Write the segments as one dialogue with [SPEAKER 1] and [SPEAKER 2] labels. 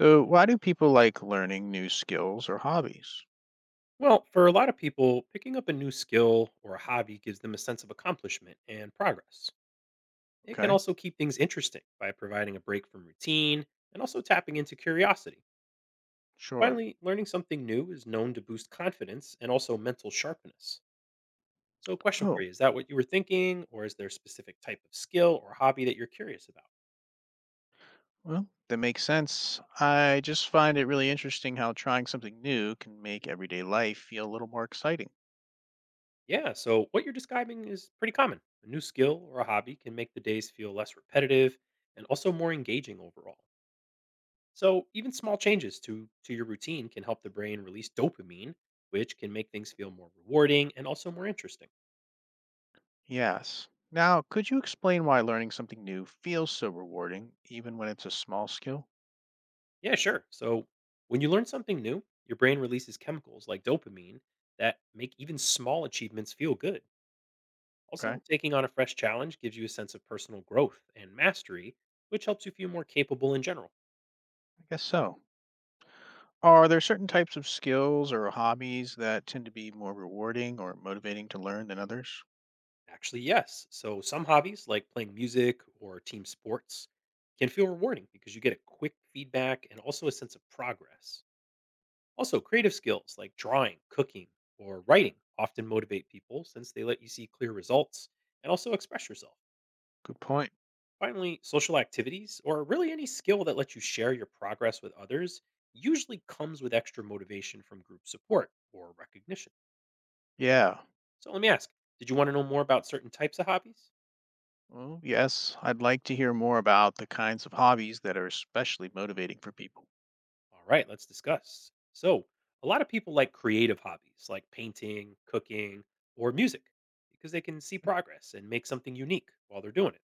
[SPEAKER 1] So, why do people like learning new skills or hobbies?
[SPEAKER 2] Well, for a lot of people, picking up a new skill or a hobby gives them a sense of accomplishment and progress. It can
[SPEAKER 1] Okay,
[SPEAKER 2] also keep things interesting by providing a break from routine and also tapping into curiosity.
[SPEAKER 1] sure.
[SPEAKER 2] Finally, learning something new is known to boost confidence and also mental sharpness. So, a question for
[SPEAKER 1] Oh,
[SPEAKER 2] you is that what you were thinking, or is there a specific type of skill or hobby that you're curious about?
[SPEAKER 1] well, that makes sense. I just find it really interesting how trying something new can make everyday life feel a little more exciting.
[SPEAKER 2] Yeah, so what you're describing is pretty common. A new skill or a hobby can make the days feel less repetitive and also more engaging overall. So, even small changes to your routine can help the brain release dopamine, which can make things feel more rewarding and also more interesting.
[SPEAKER 1] Yes. Now, could you explain why learning something new feels so rewarding, even when it's a small skill?
[SPEAKER 2] Yeah, sure. So, when you learn something new, your brain releases chemicals like dopamine that make even small achievements feel good.
[SPEAKER 1] Okay, I
[SPEAKER 2] Also, taking on a fresh challenge gives you a sense of personal growth and mastery, which helps you feel more capable in general.
[SPEAKER 1] guess so. Are there certain types of skills or hobbies that tend to be more rewarding or motivating to learn than others?
[SPEAKER 2] Actually, yes. So, some hobbies like playing music or team sports can feel rewarding because you get a quick feedback and also a sense of progress. Also, creative skills like drawing, cooking, or writing often motivate people since they let you see clear results and also express yourself.
[SPEAKER 1] Good point.
[SPEAKER 2] Finally, social activities, or really any skill that lets you share your progress with others, usually comes with extra motivation from group support or recognition.
[SPEAKER 1] Yeah,
[SPEAKER 2] So let me ask, did you want to know more about certain types of hobbies?
[SPEAKER 1] well, yes, I'd like to hear more about the kinds of hobbies that are especially motivating for people.
[SPEAKER 2] All right, let's discuss. So, a lot of people like creative hobbies like painting, cooking, or music because they can see progress and make something unique while they're doing it.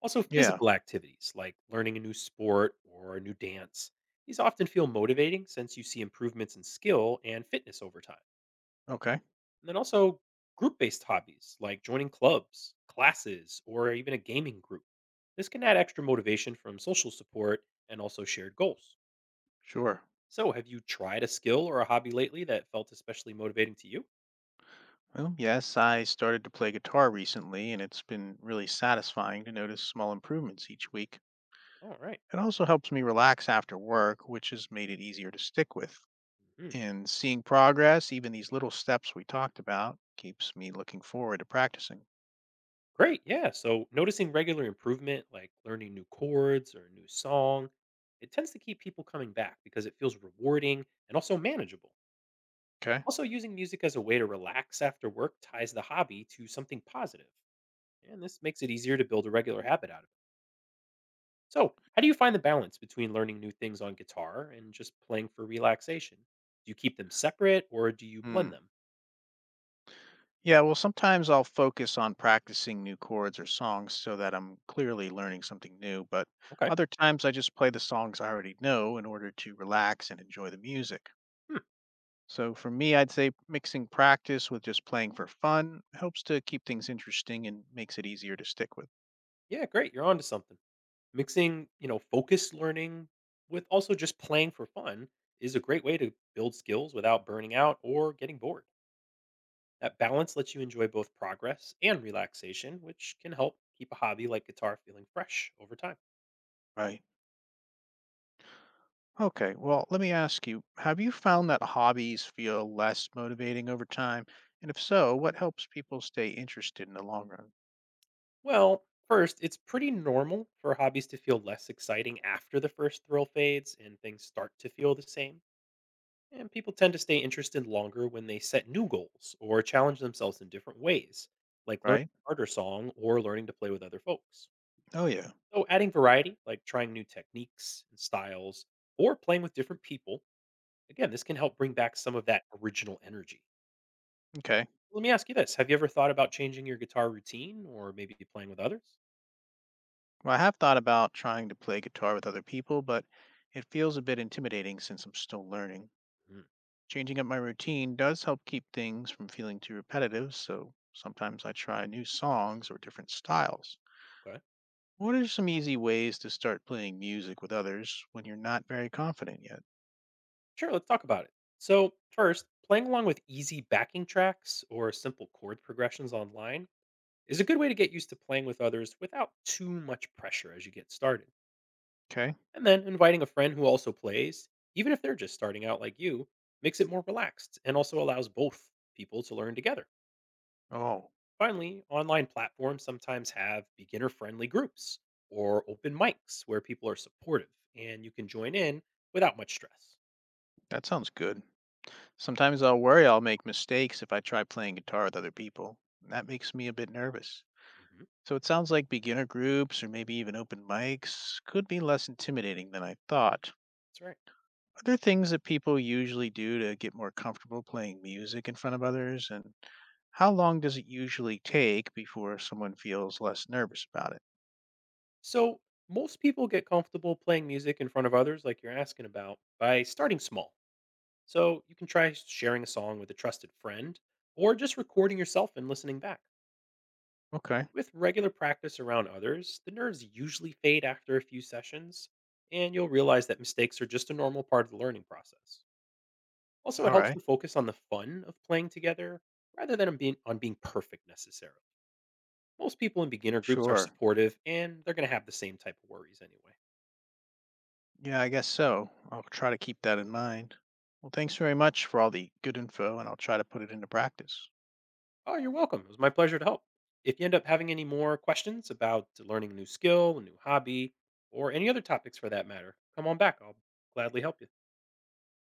[SPEAKER 2] Also,
[SPEAKER 1] Yeah,
[SPEAKER 2] physical activities like learning a new sport or a new dance. These often feel motivating since you see improvements in skill and fitness over time.
[SPEAKER 1] okay,
[SPEAKER 2] And then also, group based hobbies like joining clubs, classes, or even a gaming group. This can add extra motivation from social support and also shared goals.
[SPEAKER 1] sure.
[SPEAKER 2] So, have you tried a skill or a hobby lately that felt especially motivating to you?
[SPEAKER 1] Well, yes, I started to play guitar recently, and it's been really satisfying to notice small improvements each week.
[SPEAKER 2] All right.
[SPEAKER 1] It also helps me relax after work, which has made it easier to stick with.
[SPEAKER 2] Mhm.
[SPEAKER 1] And seeing progress, even these little steps we talked about, keeps me looking forward to practicing.
[SPEAKER 2] Great. Yeah. So noticing regular improvement, like learning new chords or a new song, it tends to keep people coming back because it feels rewarding and also manageable.
[SPEAKER 1] Okay.
[SPEAKER 2] Also, using music as a way to relax after work ties the hobby to something positive, and this makes it easier to build a regular habit out of it. So, how do you find the balance between learning new things on guitar and just playing for relaxation? Do you keep them separate or do you blend
[SPEAKER 1] Hmm.
[SPEAKER 2] them?
[SPEAKER 1] Yeah, well, sometimes I'll focus on practicing new chords or songs so that I'm clearly learning something new, but
[SPEAKER 2] Okay.
[SPEAKER 1] other times I just play the songs I already know in order to relax and enjoy the music.
[SPEAKER 2] Hmm.
[SPEAKER 1] So for me, I'd say mixing practice with just playing for fun helps to keep things interesting and makes it easier to stick with.
[SPEAKER 2] Yeah, great. You're onto something. Mixing, focused learning with also just playing for fun is a great way to build skills without burning out or getting bored. That balance lets you enjoy both progress and relaxation, which can help keep a hobby like guitar feeling fresh over time.
[SPEAKER 1] Right. Okay, well, let me ask you, have you found that hobbies feel less motivating over time? And if so, what helps people stay interested in the long run?
[SPEAKER 2] Well, first, it's pretty normal for hobbies to feel less exciting after the first thrill fades and things start to feel the same. And people tend to stay interested longer when they set new goals or challenge themselves in different ways, like learning
[SPEAKER 1] Right?
[SPEAKER 2] a harder song or learning to play with other folks.
[SPEAKER 1] Oh, yeah.
[SPEAKER 2] So, adding variety, like trying new techniques and styles, or playing with different people, again, this can help bring back some of that original energy.
[SPEAKER 1] Okay.
[SPEAKER 2] Let me ask you this, have you ever thought about changing your guitar routine or maybe playing with others?
[SPEAKER 1] Well, I have thought about trying to play guitar with other people, but it feels a bit intimidating since I'm still learning.
[SPEAKER 2] Mm,
[SPEAKER 1] Changing up my routine does help keep things from feeling too repetitive, so sometimes I try new songs or different styles.
[SPEAKER 2] okay.
[SPEAKER 1] What are some easy ways to start playing music with others when you're not very confident yet?
[SPEAKER 2] Sure, let's talk about it. So, first, playing along with easy backing tracks or simple chord progressions online is a good way to get used to playing with others without too much pressure as you get started.
[SPEAKER 1] Okay.
[SPEAKER 2] And then inviting a friend who also plays, even if they're just starting out like you, makes it more relaxed and also allows both people to learn together.
[SPEAKER 1] Oh,
[SPEAKER 2] Finally, online platforms sometimes have beginner friendly groups or open mics where people are supportive and you can join in without much stress.
[SPEAKER 1] that sounds good. Sometimes I'll worry I'll make mistakes if I try playing guitar with other people, and that makes me a bit nervous.
[SPEAKER 2] Hmm.
[SPEAKER 1] So it sounds like beginner groups or maybe even open mics could be less intimidating than I thought.
[SPEAKER 2] That's right.
[SPEAKER 1] Are there things that people usually do to get more comfortable playing music in front of others? And how long does it usually take before someone feels less nervous about it?
[SPEAKER 2] So, most people get comfortable playing music in front of others, like you're asking about, by starting small. So, you can try sharing a song with a trusted friend or just recording yourself and listening back.
[SPEAKER 1] Okay.
[SPEAKER 2] With regular practice around others, the nerves usually fade after a few sessions, and you'll realize that mistakes are just a normal part of the learning process. Also, it
[SPEAKER 1] All
[SPEAKER 2] helps to
[SPEAKER 1] right.
[SPEAKER 2] focus on the fun of playing together rather than on being perfect necessarily. Most people in beginner groups are
[SPEAKER 1] Sure.
[SPEAKER 2] supportive and they're going to have the same type of worries anyway.
[SPEAKER 1] Yeah, I guess so. I'll try to keep that in mind. Well, thanks very much for all the good info, and I'll try to put it into practice.
[SPEAKER 2] Oh, you're welcome. It was my pleasure to help. If you end up having any more questions about learning a new skill, a new hobby, or any other topics for that matter, come on back. I'll gladly help you.